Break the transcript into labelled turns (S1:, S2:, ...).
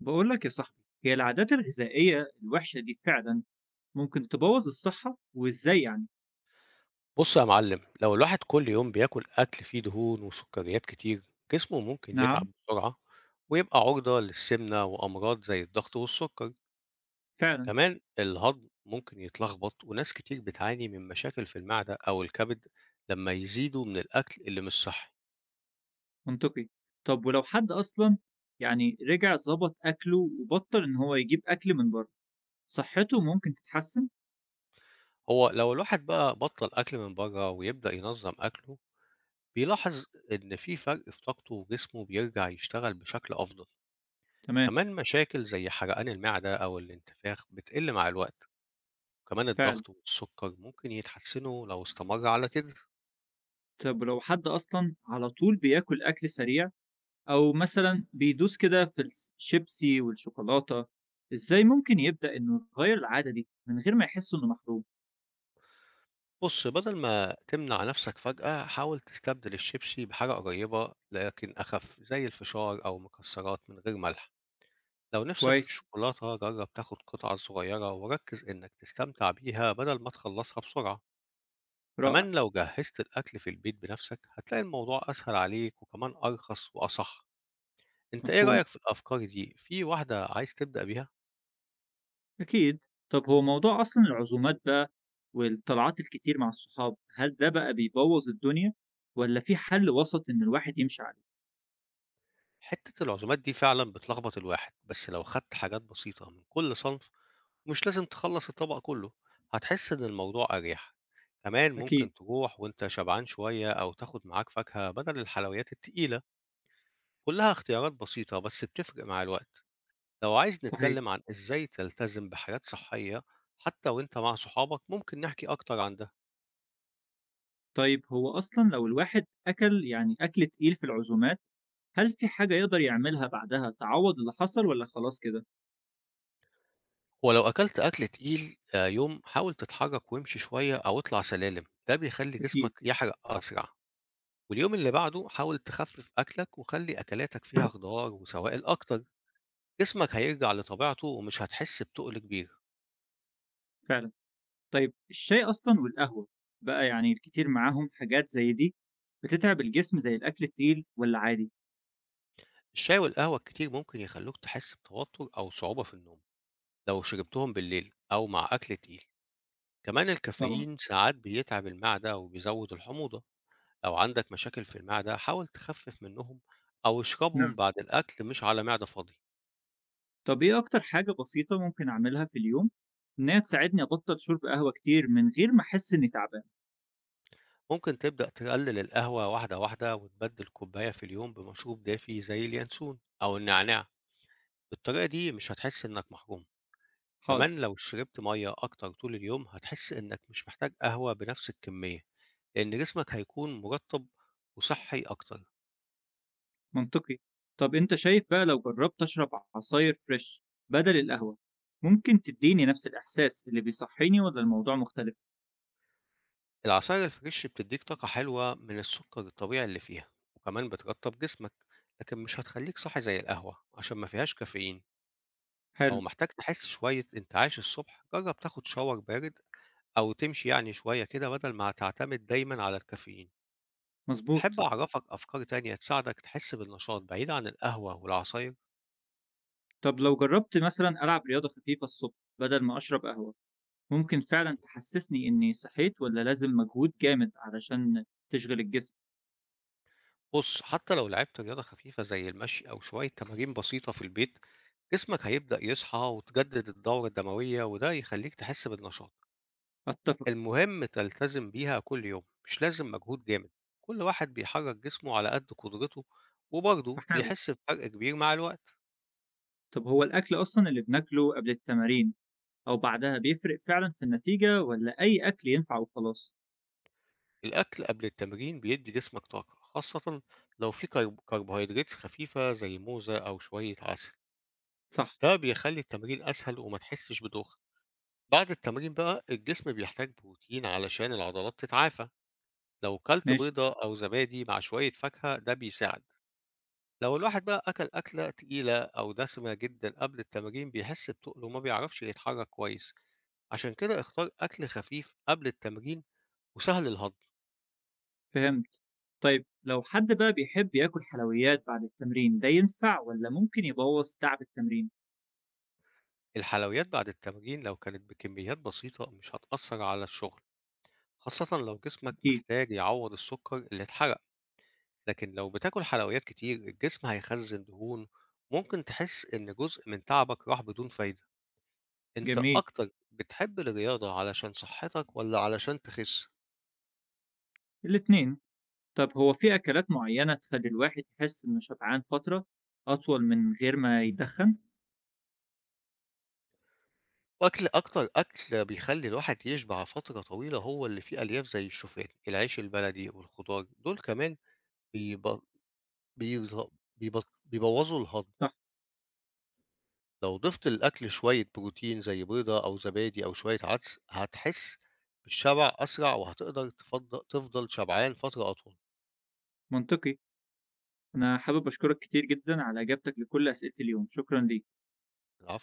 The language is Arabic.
S1: بقول لك يا صاحبي، هي العادات الغذائية الوحشة دي فعلا ممكن تبوظ الصحة، وإزاي يعني؟
S2: بص يا معلم، لو الواحد كل يوم بياكل أكل فيه دهون وسكريات كتير، جسمه ممكن
S1: نعم.
S2: يتعب بسرعة ويبقى عرضة للسمنة وأمراض زي الضغط والسكر.
S1: فعلا.
S2: كمان الهضم ممكن يتلخبط، وناس كتير بتعاني من مشاكل في المعدة أو الكبد لما يزيدوا من الأكل اللي مش صحي.
S1: منطقي. طب ولو حد أصلا يعني رجع ظبط أكله وبطل إن هو يجيب أكل من بره، صحته ممكن تتحسن؟
S2: هو لو الواحد بقى بطل أكل من بره ويبدأ ينظم أكله، بيلاحظ إن في فرق في طاقته وجسمه بيرجع يشتغل بشكل أفضل.
S1: تمام.
S2: كمان مشاكل زي حرقان المعدة أو الانتفاخ بتقل مع الوقت، وكمان
S1: فعلا.
S2: الضغط والسكر ممكن يتحسنوا لو استمر على كده.
S1: طب ولو حد أصلا على طول بياكل أكل سريع أو مثلا بيدوس كده في الشيبسي والشوكولاتة، إزاي ممكن يبدأ إنه يغير العادة دي من غير ما يحس إنه محروم؟
S2: بص، بدل ما تمنع نفسك فجأة، حاول تستبدل الشيبسي بحاجة قريبة لكن أخف زي الفشار أو مكسرات من غير ملح. لو نفسك في
S1: كويس.
S2: الشوكولاتة، جرب تاخد قطعة صغيرة وركز إنك تستمتع بيها بدل ما تخلصها بسرعة.
S1: رائع.
S2: كمان لو جهزت الأكل في البيت بنفسك، هتلاقي الموضوع أسهل عليك، وكمان أرخص وأصح. انت ايه
S1: مفهوم.
S2: رأيك في الأفكار دي؟ في واحدة عايز تبدأ بيها؟
S1: أكيد. طب هو موضوع أصلا العزومات بقى والطلعات الكتير مع الصحاب، هل ده بقى بيبوظ الدنيا ولا في حل وسط إن الواحد يمشي عليه؟
S2: حتة العزومات دي فعلا بتلخبط الواحد، بس لو خدت حاجات بسيطة من كل صنف، مش لازم تخلص الطبق كله، هتحس إن الموضوع أريح. كمان
S1: أكيد.
S2: ممكن تروح وانت شبعان شوية، أو تاخد معاك فاكهة بدل الحلويات التقيلة. كلها اختيارات بسيطة بس بتفرق مع الوقت. لو عايز
S1: صحيح.
S2: نتكلم عن إزاي تلتزم بحاجات صحية حتى وانت مع صحابك، ممكن نحكي أكتر عن ده.
S1: طيب هو أصلا لو الواحد أكل يعني أكل تقيل في العزومات، هل في حاجة يقدر يعملها بعدها تعوض اللي حصل ولا خلاص كده؟
S2: ولو أكلت أكل تقيل، آه، يوم حاول تتحرك وامشي شوية أو اطلع سلالم، ده بيخلي جسمك
S1: أكيد.
S2: يحرق أسرع. واليوم اللي بعده حاول تخفف أكلك وخلي أكلاتك فيها خضار وسوائل أكتر، جسمك هيرجع لطبيعته ومش هتحس بتقل كبير.
S1: فعلا. طيب الشاي أصلا والقهوة بقى يعني الكتير معاهم حاجات زي دي، بتتعب الجسم زي الأكل التقيل ولا عادي؟
S2: الشاي والقهوة الكتير ممكن يخلوك تحس بتوتر أو صعوبة في النوم لو شربتهم بالليل أو مع أكل تقيل. كمان
S1: طبعا.
S2: الكافيين ساعات بيتعب المعدة وبيزود الحموضة. لو عندك مشاكل في المعدة حاول تخفف منهم، أو اشربهم
S1: نعم.
S2: بعد الأكل مش على معدة فاضية.
S1: طب إيه أكتر حاجة بسيطة ممكن أعملها في اليوم، إن هي تساعدني أبطل شرب قهوة كتير من غير ما أحس إني تعبان؟
S2: ممكن تبدأ تقلل القهوة واحدة واحدة، وتبدل كوباية في اليوم بمشروب دافي زي اليانسون أو النعناع. بالطريقة دي مش هتحس إنك محروم.
S1: حاضر.
S2: كمان لو شربت مَيّة أكتر طول اليوم، هتحس إنك مش محتاج قهوة بنفس الكمية، لأن جسمك هيكون مرطب وصحي أكتر.
S1: منطقي. طب أنت شايف بقى لو جربت أشرب عصاير فريش بدل القهوة، ممكن تديني نفس الإحساس اللي بيصحيني ولا الموضوع مختلف؟
S2: العصاير الفريش بتديك طاقة حلوة من السكر الطبيعي اللي فيها، وكمان بترطب جسمك، لكن مش هتخليك صاحي زي القهوة عشان ما فيهاش كافيين. لو
S1: حلو.
S2: محتاج تحس شوية انتعاش الصبح، جرب تاخد شاور بارد، أو تمشي شوية كده، بدل ما هتعتمد دايمًا على الكافيين. تحب
S1: مظبوط.
S2: أعرفك أفكار تانية تساعدك تحس بالنشاط بعيد عن القهوة والعصاير؟
S1: طب لو جربت مثلا ألعب رياضة خفيفة الصبح بدل ما أشرب قهوة، ممكن فعلا تحسسني إني صحيت ولا لازم مجهود جامد علشان تشغل الجسم؟
S2: بص، حتى لو لعبت رياضة خفيفة زي المشي أو شوية تمارين بسيطة في البيت، جسمك هيبدأ يصحى وتجدد الدورة الدموية، وده يخليك تحس بالنشاط.
S1: أتفق.
S2: المهم تلتزم بيها كل يوم، مش لازم مجهود جامد، كل واحد بيحرك جسمه على قد قدرته، وبرضه
S1: هحاول.
S2: بيحس بفرق كبير مع الوقت.
S1: طب هو الأكل أصلا اللي بناكله قبل التمارين أو بعدها بيفرق فعلًا في النتيجة والّا أي أكل ينفع وخلاص؟
S2: الأكل قبل التمرين بيدي جسمك طاقة خاصة لو في كربوهيدرات خفيفة زي موزة أو شوية عسل.
S1: صح،
S2: ده بيخلّي التمرين أسهل وما تحسّش بدوخة. بعد التمرين بقى الجسم بيحتاج بروتين علشان العضلات تتعافى، لو كلت
S1: ماشي.
S2: بيضة أو زبادي مع شوية فاكهة ده بيساعد. لو الواحد بقى أكل أكلة تقيلة أو دسمة جدًا قبل التمرين، بيحس بتُقل وما بيعرفش يتحرك كويس، عشان كده اختار أكل خفيف قبل التمرين وسهل الهضم.
S1: فهمت. طيب لو حد بقى بيحب ياكل حلويات بعد التمرين، ده ينفع والّا ممكن يبوّظ تعب التمرين؟
S2: الحلويات بعد التمرين لو كانت بكميات بسيطة مش هتأثّر على الشغل، خاصةً لو جسمك
S1: أكيد،
S2: محتاج يعوّض السكر اللي اتحرق. لكن لو بتاكل حلويات كتير، الجسم هيخزن دهون، ممكن تحس إن جزء من تعبك راح بدون فايدة. أنت
S1: جميل،
S2: أكتر بتحب الرياضة علشان صحتك ولا علشان تخس؟
S1: الاتنين. طب هو في أكلات معينة تخلّي الواحد يحس إنه شبعان فترة أطول من غير ما يتدخّن؟
S2: وأكل أكتر، أكل بيخلي الواحد يشبع فترة طويلة هو اللي فيه ألياف زي الشوفان، العيش البلدي والخضار، دول كمان بيب... بيب... بيبوظوا الهضم.
S1: صح،
S2: لو ضفت الأكل شوية بروتين زي بيضة أو زبادي أو شوية عدس، هتحس بالشبع أسرع، وهتقدر تفضل شبعان فترة أطول.
S1: منطقي. أنا حابب أشكرك كتير جدًا على إجابتك لكل أسئلتي اليوم، شكرًا ليك.
S2: العفو.